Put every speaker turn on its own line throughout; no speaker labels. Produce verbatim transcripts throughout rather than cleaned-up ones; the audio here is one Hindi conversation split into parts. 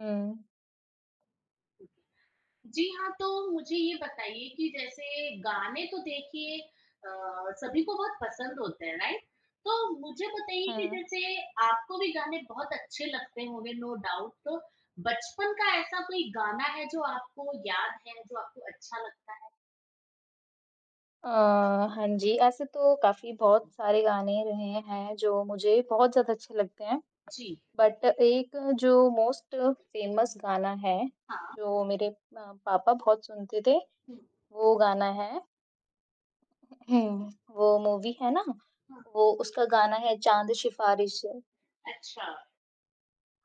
हुँ,
जी हाँ, तो मुझे ये बताइए कि जैसे गाने तो देखिए अ, सभी को बहुत पसंद होते हैं, राइट? तो मुझे बताइए कि
हाँ।
जैसे आपको भी गाने बहुत अच्छे लगते होंगे नो डाउट तो बचपन का ऐसा कोई गाना है जो आपको याद है, जो आपको अच्छा लगता है?
अ, हाँ जी, ऐसे तो काफ़ी बहुत सारे गाने रहे हैं जो मुझे बहुत ज़्यादा अच्छे लगते हैं,
जी।
बट एक जो मोस्ट फ़ेमस गाना है,
हाँ।
जो मेरे अ, पापा बहुत सुनते थे,
हुँ,
वो गाना है हम्म, वो मूवी है ना,
हाँ।
वो उसका गाना है चाँद सिफ़ारिश।
अच्छा।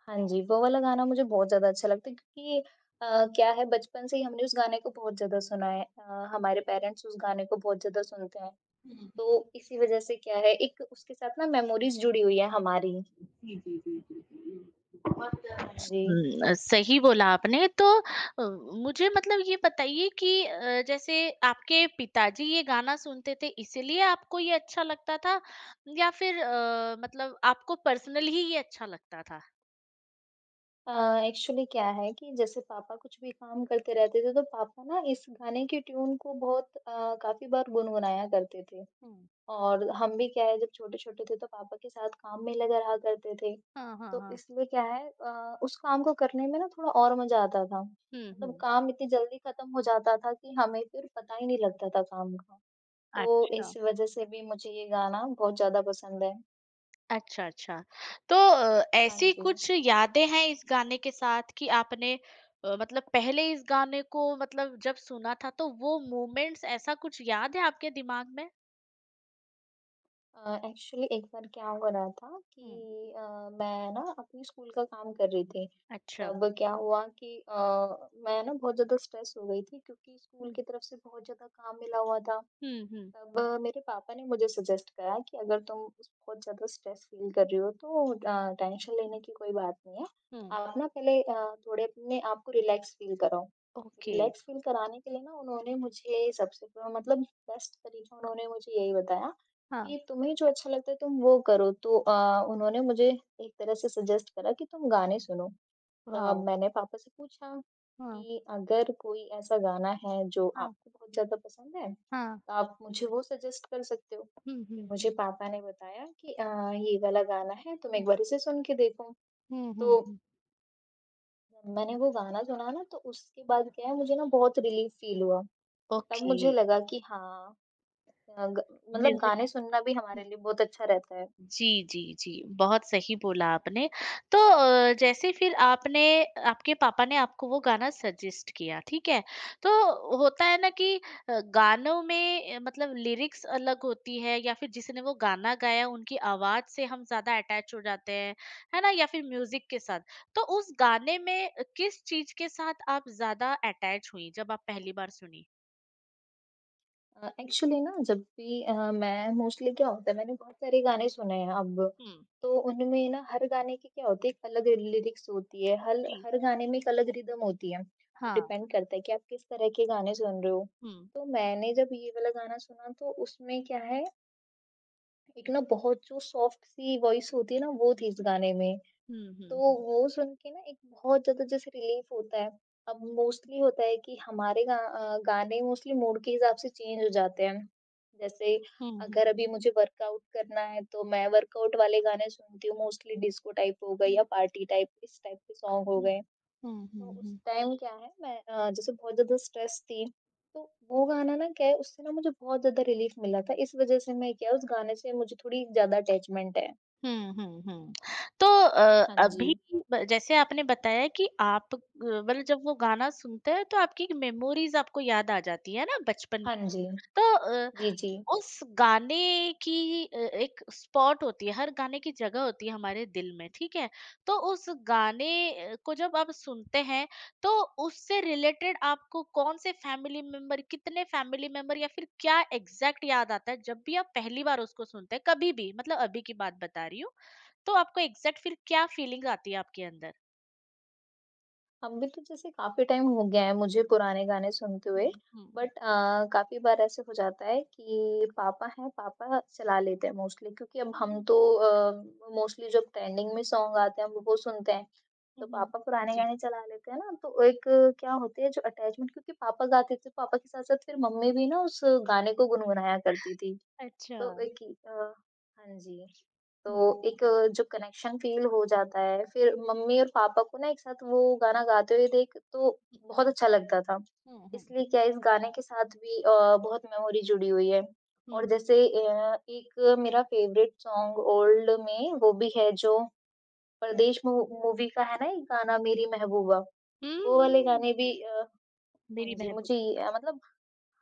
हाँ जी, वो वाला गाना मुझे बहुत ज़्यादा अच्छा लगता है क्योंकि अ, क्या है बचपन से ही हमने उस गाने को बहुत ज़्यादा सुना है। अ, हमारे पेरेंट्स उस गाने को बहुत ज़्यादा सुनते हैं।
हुँ।
तो इसी वज़ह से क्या है एक उसके साथ ना मेमोरीज़ जुड़ी हुई है हमारी।
जी, जी, जी, जी, जी। बहुत।
हाँ जी।
हुँ, सही बोला आपने तो अ, मुझे मतलब ये बताइए कि अ, जैसे आपके पिताजी ये गाना सुनते थे इसीलिए आपको ये अच्छा लगता था या फिर अ, मतलब आपको पर्सनली ही ये अच्छा लगता था?
अ, एक्चुअली क्या है कि जैसे पापा कुछ भी काम करते रहते थे, तो पापा ना इस गाने की ट्यून को बहुत अ, काफ़ी बार गुनगुनाया करते थे
हुँ।
और हम भी क्या है जब छोटे-छोटे थे तो पापा के साथ काम में लगा रहा करते थे।
हाँ, हाँ,
तो
हाँ।
इसलिए क्या है अ, उस काम को करने में ना थोड़ा और मज़ा आता था।
हुँ,
मतलब
हुँ।
काम इतनी जल्दी ख़त्म हो जाता था कि हमें फिर पता ही नहीं लगता था काम का। तो इस
अच्छा।
वज़ह से भी मुझे ये गाना बहुत ज़्यादा पसंद है।
अच्छा, अच्छा। तो अ,
हाँ
ऐसी
जी।
कुछ यादें हैं इस गाने के साथ कि आपने अ, मतलब पहले इस गाने को मतलब जब सुना था तो वो मोमेंट्स ऐसा कुछ याद है आपके दिमाग में?
अ, एक्चुअली एक बार क्या हो रहा था
हुँ।
कि अ, मैं ना अपने स्कूल का काम कर रही थी।
अच्छा।
तब क्या हुआ कि अ, मैं ना बहुत ज़्यादा स्ट्रेस हो गई थी क्योंकि स्कूल
हुँ।
की तरफ से बहुत ज़्यादा काम मिला हुआ था।
हुँ, हुँ।
तब अ, मेरे पापा ने मुझे सजेस्ट करा कि अगर तुम बहुत ज़्यादा स्ट्रेस फ़ील कर रही हो तो
हुँ,
अ, टेंशन लेने की कोई बात नहीं है।
हुँ।
आप ना पहले अ, थोड़े अपने आप को रिलैक्स फ़ील कराओ।
ओके।
रिलैक्स फ़ील कराने के लिए ना उन्होंने मुझे सबसे अ, मतलब बेस्ट तरीका उन्होंने मुझे यही बताया
हाँ।
कि तुम्हें जो अच्छा लगता है तुम वो करो। तो अ, उन्होंने मुझे एक तरह से सजेस्ट करा कि तुम गाने सुनो। तब
वॉव!
मैंने पापा से पूछा
हाँ,
कि अगर कोई ऐसा गाना है जो
हाँ,
आपको बहुत ज़्यादा पसंद है,
हाँ।
तो आप मुझे वो सजेस्ट कर सकते हो।
हुँ,
फिर
हुँ,
मुझे
हुँ।
पापा ने बताया कि अ, ये वाला गाना है तुम एक
हाँ।
बार इसे सुन के देखो।
हुँ, हुँ,
तो
हुँ।
मैंने वो गाना सुना ना तो उसके बाद क्या है मुझे ना बहुत रिलीफ फील हुआ। तब
ओके,
मुझे लगा कि हाँ अ, ग मतलब
म्यूज़िक।
गाने सुनना भी हमारे लिए बहुत अच्छा रहता है।
जी, जी, जी। बहुत सही बोला आपने। तो अ, जैसे फिर आपने आपके पापा ने आपको वो गाना सजेस्ट किया, ठीक है? तो होता है ना कि अ, गानों में अ, मतलब लिरिक्स अलग होती है या फिर जिसने वो गाना गाया उनकी आवाज़ से हम ज़्यादा अटैच हो जाते हैं, है ना? या फिर म्यूज़िक के साथ। तो उस गाने में अ, किस चीज़ के साथ आप ज़्यादा अटैच हुईं जब आप पहली बार सुनी?
एक्चुअली ना जब भी अ, मैं मोस्टली क्या होता है मैंने बहुत सारे गाने सुने हैं अब
हुँ,
तो उनमें ना हर गाने की क्या होती है एक अलग लिरिक्स होती है हर
जी।
हर गाने में एक अलग रिदम होती है वो
हाँ।
डिपेंड करता है कि आप किस तरह के गाने सुन रहे हो
हुँ।
तो मैंने जब ये वाला गाना सुना तो उसमें क्या है एक ना बहुत जो सॉफ्ट सी वॉइस होती है ना वो थी इस गाने में
हुँ, हुँ,
तो
हुँ।
वो सुन के ना एक बहुत ज़्यादा जैसे रिलीफ़ होता है। अब मोस्टली होता है कि हमारे गा अ, गाने मोस्टली मूड के हिसाब से चेंज हो जाते हैं। जैसे
हुँ,
अगर अभी मुझे वर्कआउट करना है तो मैं वर्कआउट वाले गाने सुनती हूँ मोस्टली डिस्को टाइप हो गए या
हुँ।
पार्टी टाइप इस टाइप के सॉन्ग हो
हुँ,
गए।
हुँ,
तो
हुँ,
उस
हुँ।
टाइम क्या है मैं अ, जैसे बहुत ज़्यादा स्ट्रेस थी तो वो गाना ना क्या है उससे ना मुझे बहुत ज़्यादा रिलीफ़ मिला था। इस वज़ह से मैं क्या उस गाने से मुझे थोड़ी ज़्यादा अटैचमेंट है।
हुँ, हुँ, हुँ। तो अ,
हाँ जी।
अभी ब जैसे आपने बताया कि आप ग मतलब जब वो गाना सुनते हैं तो आपकी मेमोरीज़ आपको याद आ जाती है ना बचपन।
हाँ जी।
तो अ,
जी, जी।
उस गाने की अ, एक स्पॉट होती है, हर गाने की जगह होती है हमारे दिल में, ठीक है? तो उस गाने अ, को जब आप सुनते हैं, तो उससे रिलेटेड आपको कौन से फैमिली मेंबर, कितने फैमिली मेंबर या फिर क्या एग्जैक्ट याद आता है जब भी आप पहली बार उसको सुनते हैं, कभी भी, मतलब अभी की बात बता रही हूँ, तो आपको एग्जैक्ट फिर क्या फीलिंग आती है आपके अंदर?
अभी तो जैसे काफ़ी टाइम हो गया है मुझे पुराने गाने सुनते
हुँ,
हुए,
हुँ, हुँ।
बट अ, काफ़ी बार ऐसे हो जाता है कि पापा हैं, पापा चला लेते हैं मोस्टली क्योंकि अब हम
हुँ,
तो अ, मोस्टली जो ट्रेंडिंग में सॉन्ग आते हैं, हम वो सुनते हैं,
हुँ,
तो
हुँ, हुँ।
पापा पुराने
जी।
गाने चला लेते हैं ना, तो एक अ, क्या होती है जो अटैचमेंट क्योंकि पापा गाते थे, पापा के साथ-साथ फिर मम्मी भी ना उस गाने को गुनगुनाया करती थी,
अच्छा।
तो एक अ, हाँ जी।
हुँ।
तो एक जो कनेक्शन फ़ील हो जाता है, फिर मम्मी और पापा को ना एक साथ वो गाना गाते हुए देख तो बहुत अच्छा लगता था।
हुँ, हुँ,
इसलिए
हुँ,
क्या इस गाने के साथ भी अ, बहुत मेमोरी जुड़ी हुई है। और
हुँ।
जैसे अ, एक मेरा फ़ेवरेट सॉन्ग ओल्ड में वो भी है जो
हुँ।
परदेश मू मूवी का है ना एक गाना मेरी महबूबा,
हुँ,
वो वाले
हुँ।
गाने भी अ,
मेरी
हाँ जी,
महबूब।
मुझे ये अ, मतलब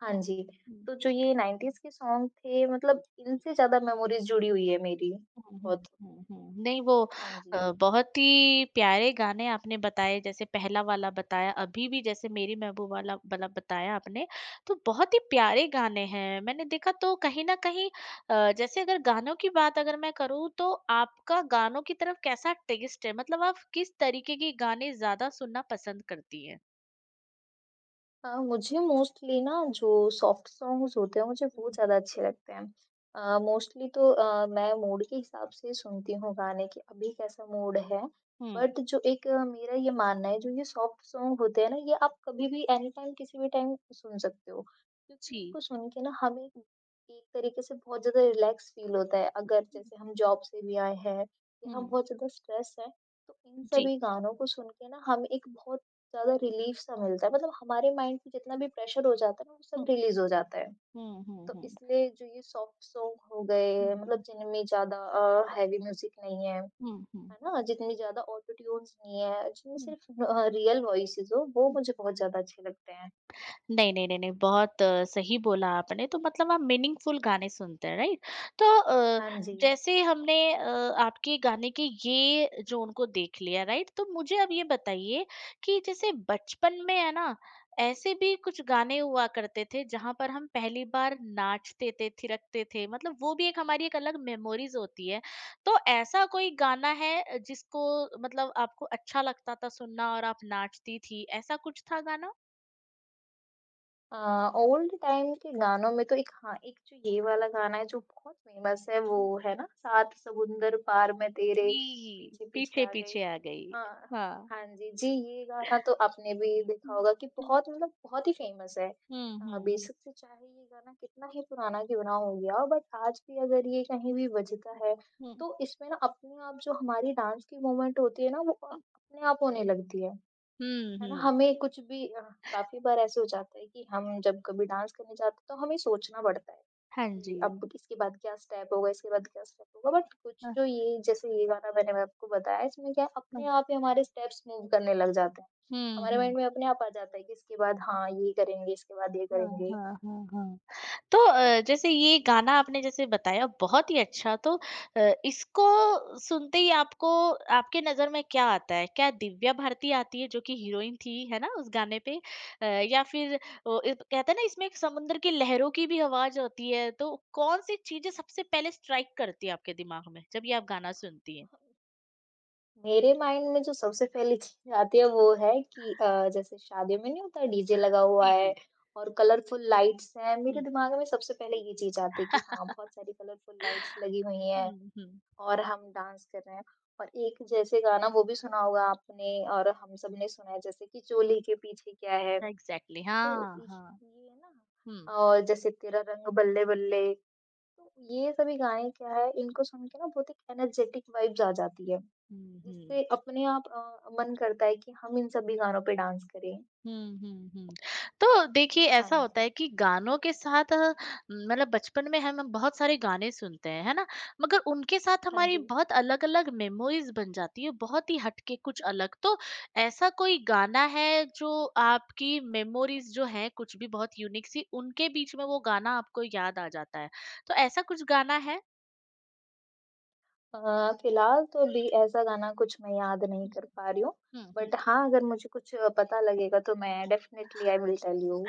हाँ
हुँ,
जी,
हुँ,
तो जो ये नाइंटीज़ के सॉन्ग थे मतलब इनसे ज़्यादा मेमोरीज़ जुड़ी हुई है मेरी
हुँ,
बहुत।
हुँ, हुँ। नहीं वो
हाँ जी।
अ, बहुत ही प्यारे गाने आपने बताए जैसे पहला वाला बताया, अभी भी जैसे मेरी महबूब वाला वाला बताया आपने, तो बहुत ही प्यारे गाने हैं। मैंने देखा तो कहीं न कहीं अ, जैसे अगर गानों की बात अगर मैं करूँ तो आपका गानों की तरफ कैसा टेस्ट है? मतलब आप किस तरीके के गाने ज़्यादा सुनना पसंद करती हैं?
अ, मुझे मोस्टली ना जो सॉफ्ट सॉन्ग्स होते हैं मुझे वो
हुँ,
ज़्यादा अच्छे लगते हैं। अ, मोस्टली तो अ, मैं मूड के हिसाब से सुनती हूँ गाने कि अभी कैसा मूड है।
हुँ, हुँ,
बट जो एक अ, मेरा ये मानना है जो ये सॉफ्ट सॉन्ग होते हैं ना ये आप कभी भी एनी टाइम किसी भी टाइम सुन सकते हो। क्योंकि
जी।
इनको सुन के ना हमें एक एक तरीके से बहुत ज़्यादा रिलैक्स फील होता है। अगर
हुँ,
जैसे हम जॉब से भी आए हैं या हम
हुँ,
बहुत ज़्यादा स्ट्रेस हैं तो इन
जी।
सभी गानों को सुन के ना हम एक बहुत ज़्यादा रिलीफ़ सा मिलता है मतलब हमारे माइंड पे जितना भी प्रेशर हो जाता है ना वो सब
हुँ,
रिलीज़ हो जाता है।
हुँ, हुँ,
तो
हुँ।
इसलिए जो ये सॉफ्ट सॉन्ग हो गए मतलब
हुँ,
जिनमें ज़्यादा अ, हेवी म्यूज़िक नहीं है,
हुँ, हुँ,
है ना? जितनी ज़्यादा ऑटो ट्यून्स नहीं है, जिनमें
हुँ।
सिर्फ़ अ, रियल वॉइसेज़ हो वो
नहीं,
मुझे बहुत ज़्यादा अच्छे लगते हैं।
नहीं, नहीं, नहीं, बहुत अ, सही बोला आपने। तो मतलब आप मीनिंगफुल गाने सुनते हैं, राइट? तो अ,
हाँ जी।
जैसे हमने अ, आपके गाने के ये जोन को देख लिया, राइट? तो मुझे अब ये बताइए कि जैसे बचपन में है ना, ऐसे भी कुछ गाने हुआ करते थे जहाँ पर हम पहली बार नाचते थे, थिरकते थे, मतलब वो भी एक हमारी एक अलग मेमोरीज़ होती है। तो ऐसा कोई गाना है जिसको मतलब आपको अच्छा लगता था सुनना और आप नाचती थी, ऐसा कुछ था गाना?
अ, ओल्ड टाइम के गानों में तो एक हाँ, एक जो ये वाला गाना है जो बहुत फ़ेमस है वो है ना, सात समुंदर पार मैं तेरे
जी,
पीछे-पीछे आ गई।
पीछे-पीछे आ गई।
हाँ,
हाँ।
हाँ जी। जी, ये गाना तो आपने भी देखा
हुँ,
होगा कि बहुत मतलब बहुत ही फ़ेमस है।
हुँ,
अ,
हुँ, हुँ,
बेशक से चाहे ये गाना कितना ही पुराना क्यों ना हो गया हो बट आज भी अगर ये कहीं भी बजता है,
हुँ।
तो इसमें ना अपने आप जो हमारी डांस की मूवमेंट होती है ना वो अ,
हुँ, हुँ,
अपने आप होने लगती है।
हुँ,
है ना?
हुँ।
हमें कुछ भी अ, काफ़ी बार ऐसे हो जाता है कि हम जब कभी डांस करने जाते हैं तो हमें सोचना पड़ता है।
हाँ
कि
जी।
अब इसके बाद क्या स्टेप होगा, इसके बाद क्या स्टेप होगा बट कुछ
हाँ,
जो ये जैसे ये गाना मैंने आपको बताया इसमें क्या है अपने
हाँ।
आप ही हमारे स्टेप्स मूव करने लग जाते हैं।
हुँ,
हमारे
हुँ।
माइंड में अपने आप आ जाता है कि इसके बाद हाँ, ये करेंगे, इसके बाद ये
हाँ,
करेंगे।
हाँ, हाँ, हाँ। तो अ, जैसे
हाँ
ये
जी।
गाना आपने जैसे बताया बहुत ही अच्छा तो अ, इसको सुनते ही आपको आपके नज़र में क्या आता है? क्या दिव्या भारती आती है जो कि हीरोइन थी, है ना उस गाने पे? अ, या फिर वो एक कहते हैं ना इसमें एक समुद्र की लहरों की भी आवाज़ होती है, तो कौन-सी चीज़ें सबसे पहले स्ट्राइक करती है आपके दिमाग में जब ये आप गाना सुनती हैं?
मेरे माइंड में जो सबसे पहली चीज़ आती है वो है कि अ, जैसे शादियों में नहीं होता डीजे लगा हुआ
जी,
है
जी।
और कलरफुल लाइट्स हैं, मेरे
हुँ,
दिमाग में सबसे पहले ये चीज़ आती है कि हाँ, बहुत सारी कलरफुल लाइट्स लगी हुई हैं।
हुँ, हुँ।
और हम डांस कर रहे हैं और एक जैसे गाना वो भी सुना होगा आपने और हम सबने सुना है जैसे कि चोली के पीछे क्या है,
एग्ज़ैक्टली
तो
हाँ,
ये
हाँ।
ये है
हुँ,
ना और जैसे तेरा रंग बल्ले बल्ले, तो ये सभी गाने क्या है इनको सुन के ना बहुत एक एनर्जेटिक वाइब्स आ जाती है,
हुँ, हुँ।
जिससे अपने आप अ, मन करता है कि हम इन सभी गानों पे डांस करें।
हुँ, हुँ, हुँ। तो देखिए
हाँ
ऐसा होता
जी,
है कि गानों के साथ अ, मतलब बचपन में हम हम बहुत सारे गाने सुनते हैं, है ना? मगर उनके साथ
हाँ
हमारी
जी।
बहुत अलग-अलग मेमोरीज़ बन जाती है, बहुत ही हट के कुछ अलग। तो ऐसा कोई गाना है जो आपकी मेमोरीज़ जो हैं कुछ भी बहुत यूनिक सी उनके बीच में वो गाना आपको याद आ जाता है। तो ऐसा कुछ गाना है?
अ, फिलहाल तो अभी ऐसा गाना कुछ मैं याद नहीं
हुँ,
कर पा रही हूँ,
हुँ, हुँ।
बट हाँ, अगर मुझे कुछ अ, पता लगेगा तो मैं definitely I will tell you.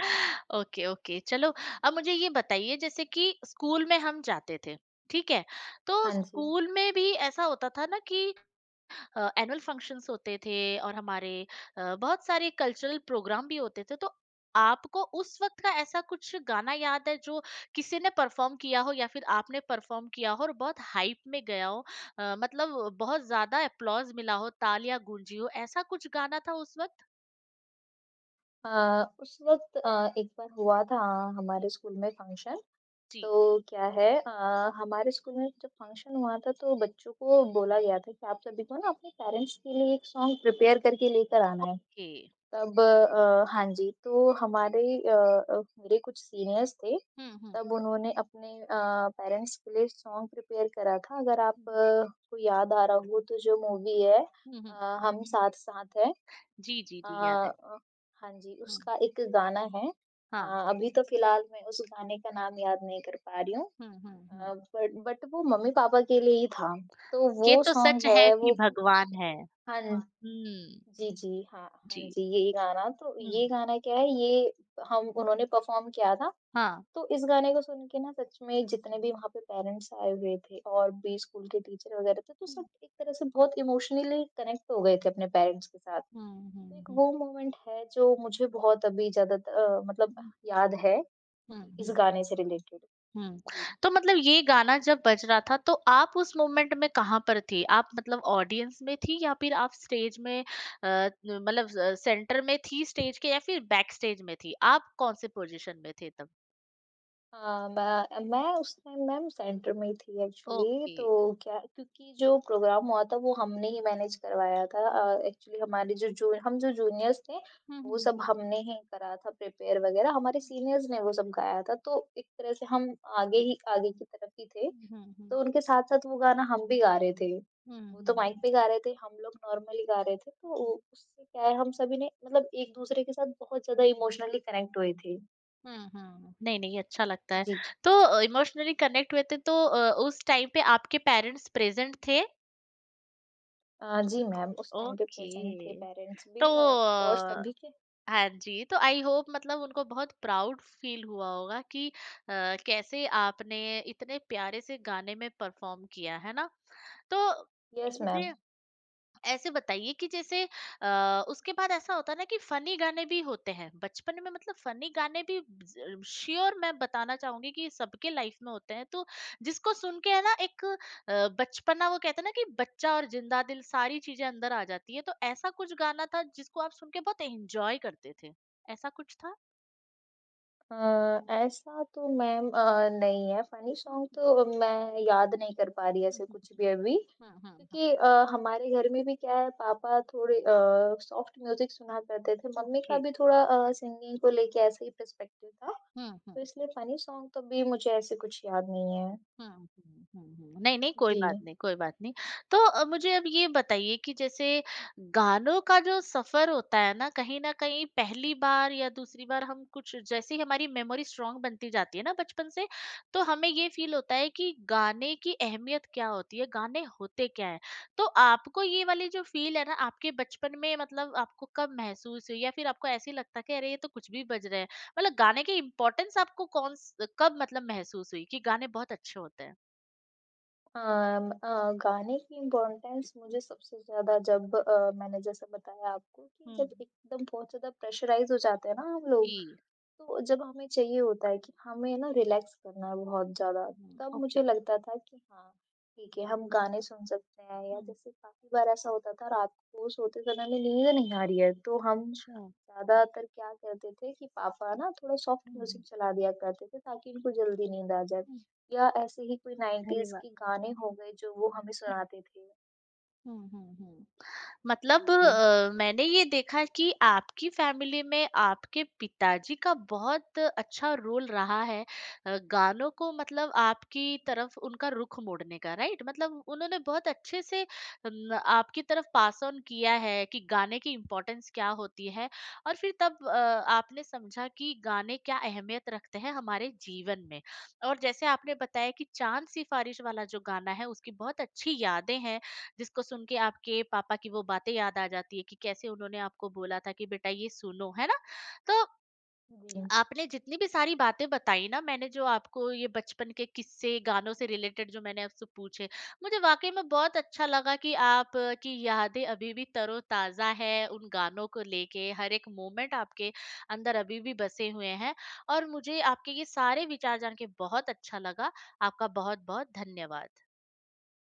Okay, okay, चलो, अब मुझे ये बताइए जैसे कि स्कूल में हम जाते थे, ठीक है। तो
हाँ जी।
स्कूल में भी ऐसा होता था ना कि एनुअल फंक्शंस होते थे और हमारे अ, बहुत सारे कल्चरल प्रोग्राम भी होते थे तो आपको उस वक्त का ऐसा कुछ गाना याद है जो किसी ने परफॉर्म किया हो या फिर आपने परफॉर्म किया हो और बहुत हाइप में गया हो अ, मतलब बहुत ज्यादा अप्लॉज मिला हो, तालियां गूंजी हो, ऐसा कुछ गाना था उस वक्त?
अ, उस वक़्त अ, एक बार हुआ था हमारे
जी,
स्कूल में फंक्शन, तो
जी,
क्या है अ, हमारे स्कूल में जब फंक्शन हुआ था तो बच्चों को बोला गया था कि आप सभी को ना अपने पेरेंट्स के लिए एक सॉन्ग प्रिपेयर करके लेकर आना है।
ओके।
तब अ, हाँ जी, तो हमारे अ अ, मेरे कुछ सीनियर्स थे,
हम्म, हम्म,
तब उन्होंने अपने अ, पेरेंट्स के लिए सॉन्ग प्रिपेयर करा था। अगर
हम्म,
आपको याद आ रहा हो तो जो मूवी है
हम्म।
अ, हम साथ साथ है
जी, जी,
अ
जी, याद है।
अ, हाँ जी,
हुँ।
उसका एक गाना है अ,
हाँ।
अभी तो फ़िलहाल मैं उस गाने का नाम याद नहीं कर पा रही हूँ
हुँ, हुँ, हुँ।
अ, बट बट वो मम्मी-पापा के लिए ही था। तो
ये
वो
तो
सॉन्ग
सच है
है वो
कि भगवान है।
हाँ
हुँ,
जी, जी, हाँ, हाँ
जी।
जी, यही गाना तो
हुँ।
ये गाना क्या है ये हम उन्होंने परफ़ॉर्म किया था,
हाँ।
तो इस गाने को सुन के ना सच में जितने भी वहाँ पे पेरेंट्स आए हुए थे और भी स्कूल के टीचर वग़ैरह थे, तो
हुँ,
सब एक तरह से बहुत इमोशनली कनेक्ट हो गए थे अपने पेरेंट्स के साथ।
हुँ,
तो
हुँ,
एक
हुँ।
वो मोमेंट है जो मुझे बहुत अभी ज़्यादा अ, मतलब
हुँ।
याद है
हुँ,
इस
हुँ,
गाने से रिलेटेड।
हुँ।
जी।
तो मतलब ये गाना जब बज रहा था तो आप उस मोमेंट में कहाँ पर थी? आप मतलब ऑडियंस में थी या फिर आप स्टेज में अ, न मतलब अ, सेंटर में थी स्टेज के या फिर बैक स्टेज में थी? आप कौन से पोज़ीशन में थे तब?
हाँ, मैं मैं उस टाइम मैम सेंटर में ही थी एक्चुअली
ओके।
तो क्या क्योंकि जो प्रोग्राम हुआ था वो हमने ही मैनेज करवाया था अ,
हुँ,
एक्चुअली हमारे जो जू हम जो जूनियर्स थे
हुँ,
वो
हुँ,
सब हमने ही करा था प्रिपेयर वगैरह, हमारे
हुँ,
सीनियर्स ने वो सब गाया था तो एक तरह से हम आगे ही आगे की तरफ ही थे।
हुँ, हुँ, हुँ,
तो उनके साथ-साथ वो गाना हम भी गा रहे थे।
हुँ,
वो तो
हुँ,
माइक
हुँ।
पे गा रहे थे, हम लोग नॉर्मली गा रहे थे, तो उ उससे क्या है हम सभी ने मतलब एक-दूसरे के साथ बहुत ज़्यादा इमोशनली कनेक्ट हुए थे।
हुँ, हुँ। नहीं, नहीं अच्छा लगता है।
जी।
तो इमोशनली कनेक्ट हुए थे तो अ, उस टाइम पे आपके पेरेंट्स प्रेज़ेंट थे?
अ, जी मैम, उस टाइम पे प्रेज़ेंट थे
ओके।
पेरेंट्स
तो
भी अ, और
अ,
सभी के।
हाँ जी, तो आई होप मतलब उनको बहुत प्राउड फ़ील हुआ होगा कि अ, कैसे आपने इतने प्यारे से गाने में परफ़ॉर्म किया, है ना? तो
यस मैम।
मुझे ऐसे बताइए कि जैसे अ, उसके बाद ऐसा होता है ना कि फनी गाने भी होते हैं बचपन में, मतलब फनी गाने भी, श्योर मैं बताना चाहूंगी कि सबके लाइफ में होते हैं तो जिसको सुन के है ना एक अ, बचपना वो कहते हैं ना कि बच्चा और जिंदा दिल सारी चीजें अंदर आ जाती है, तो ऐसा कुछ गाना था जिसको आप सुन के बहुत एंजॉय करते थे, ऐसा कुछ था?
अ, ऐसा तो मैम अ, नहीं है फनी सॉन्ग
हम्म,
तो मैं याद नहीं कर पा रही ऐसे कुछ
हम्म,
भी अभी
हम्म, हम्म, हम्म, हम्म, हम्म,
क्योंकि अ, हमारे घर में भी क्या है पापा थोड़े सॉफ्ट म्यूजिक सुना करते थे
हम्म,
मम्मी का
ओके।
भी थोड़ा सिंगिंग को लेके ऐसे ही पर्सपेक्टिव था
हम्म,
तो
हम्म।
इसलिए फनी सॉन्ग तो भी मुझे ऐसे कुछ याद नहीं है।
हुँ, हुँ, हुँ, हुँ। नहीं, नहीं, कोई
जी।
बात नहीं, कोई बात नहीं। तो अ, मुझे अब ये बताइए कि जैसे गानों का जो सफ़र होता है ना, कहीं न कहीं पहली बार या दूसरी बार हम कुछ जैसे ही हमारी मेमोरी स्ट्रॉन्ग बनती जाती है ना बचपन से, तो हमें ये फ़ील होता है कि गाने की अहमियत क्या होती है, गाने होते क्या हैं? तो आपको ये वाली जो फ़ील है ना, आपके बचपन में मतलब आपको कब महसूस हुई या फिर आपको ऐसे ही लगता है कि अरे, ये तो कुछ भी बज रहे हैं? मतलब गाने की इम्पोर्टेंस आपको कौन स- कब मतलब महसूस हुई कि गाने बहुत अच्छे होते हैं?
अम, अ, गाने की इम्पोर्टेंस मुझे सबसे ज्यादा जब अ, मैंने जैसे बताया आपको कि जब
हम्म।
एकदम बहुत ज्यादा प्रेशराइज हो जाते हैं ना हम लोग
जी।
तो जब हमें चाहिए होता है कि हमें ना रिलैक्स करना है बहुत ज़्यादा,
हम्म,
तब
ओके।
मुझे लगता था कि हाँ, ठीक है हम गाने सुन सकते हैं या
हम्म।
जैसे काफ़ी बार ऐसा होता था रात को सोते समय में नींद नहीं आ रही है, तो हम
अच्छा।
ज़्यादातर क्या करते थे कि पापा ना थोड़ा सॉफ्ट
हम्म, हम्म,
म्यूज़िक चला दिया करते थे ताकि इनको जल्दी नींद आ जाए
हम्म।
या ऐसे ही कोई
अरे
नाइंटीज़
वाह!
के गाने हो गए जो वो हमें सुनाते थे।
हम्म, हम्म, हम्म।
हाँ
मतलब
जी।
अ, मैंने ये देखा कि आपकी फैमिली में आपके पिताजी का बहुत अच्छा रोल रहा है, अ, गानों को मतलब आपकी तरफ उनका रुख मोड़ने का, राइट? मतलब उन्होंने बहुत अच्छे से अम, आपकी तरफ पास ऑन किया है कि गाने की इम्पोर्टेंस क्या होती है और फिर तब अ, आपने समझा कि गाने क्या अहमियत रखते हैं हमारे जीवन में, और जैसे आपने बताया कि चांद सिफारिश वाला जो गाना है उसकी बहुत अच्छी यादें हैं जिसको सुन के आपके पापा की वो बातें याद आ जाती है कि कैसे उन्होंने आपको बोला था कि बेटा ये सुनो, है ना? तो
जी।
आपने जितनी भी सारी बातें बताई ना, मैंने जो आपको ये बचपन के किस्से गानों से रिलेटेड जो मैंने आपसे पूछे, मुझे वाकई में बहुत अच्छा लगा कि आप अ, की यादें अभी भी तरोताजा है, उन गानों को लेके हर एक मोमेंट आपके अंदर अभी भी बसे हुए हैं, और मुझे आपके ये सारे विचार जान के बहुत अच्छा लगा। आपका बहुत बहुत धन्यवाद।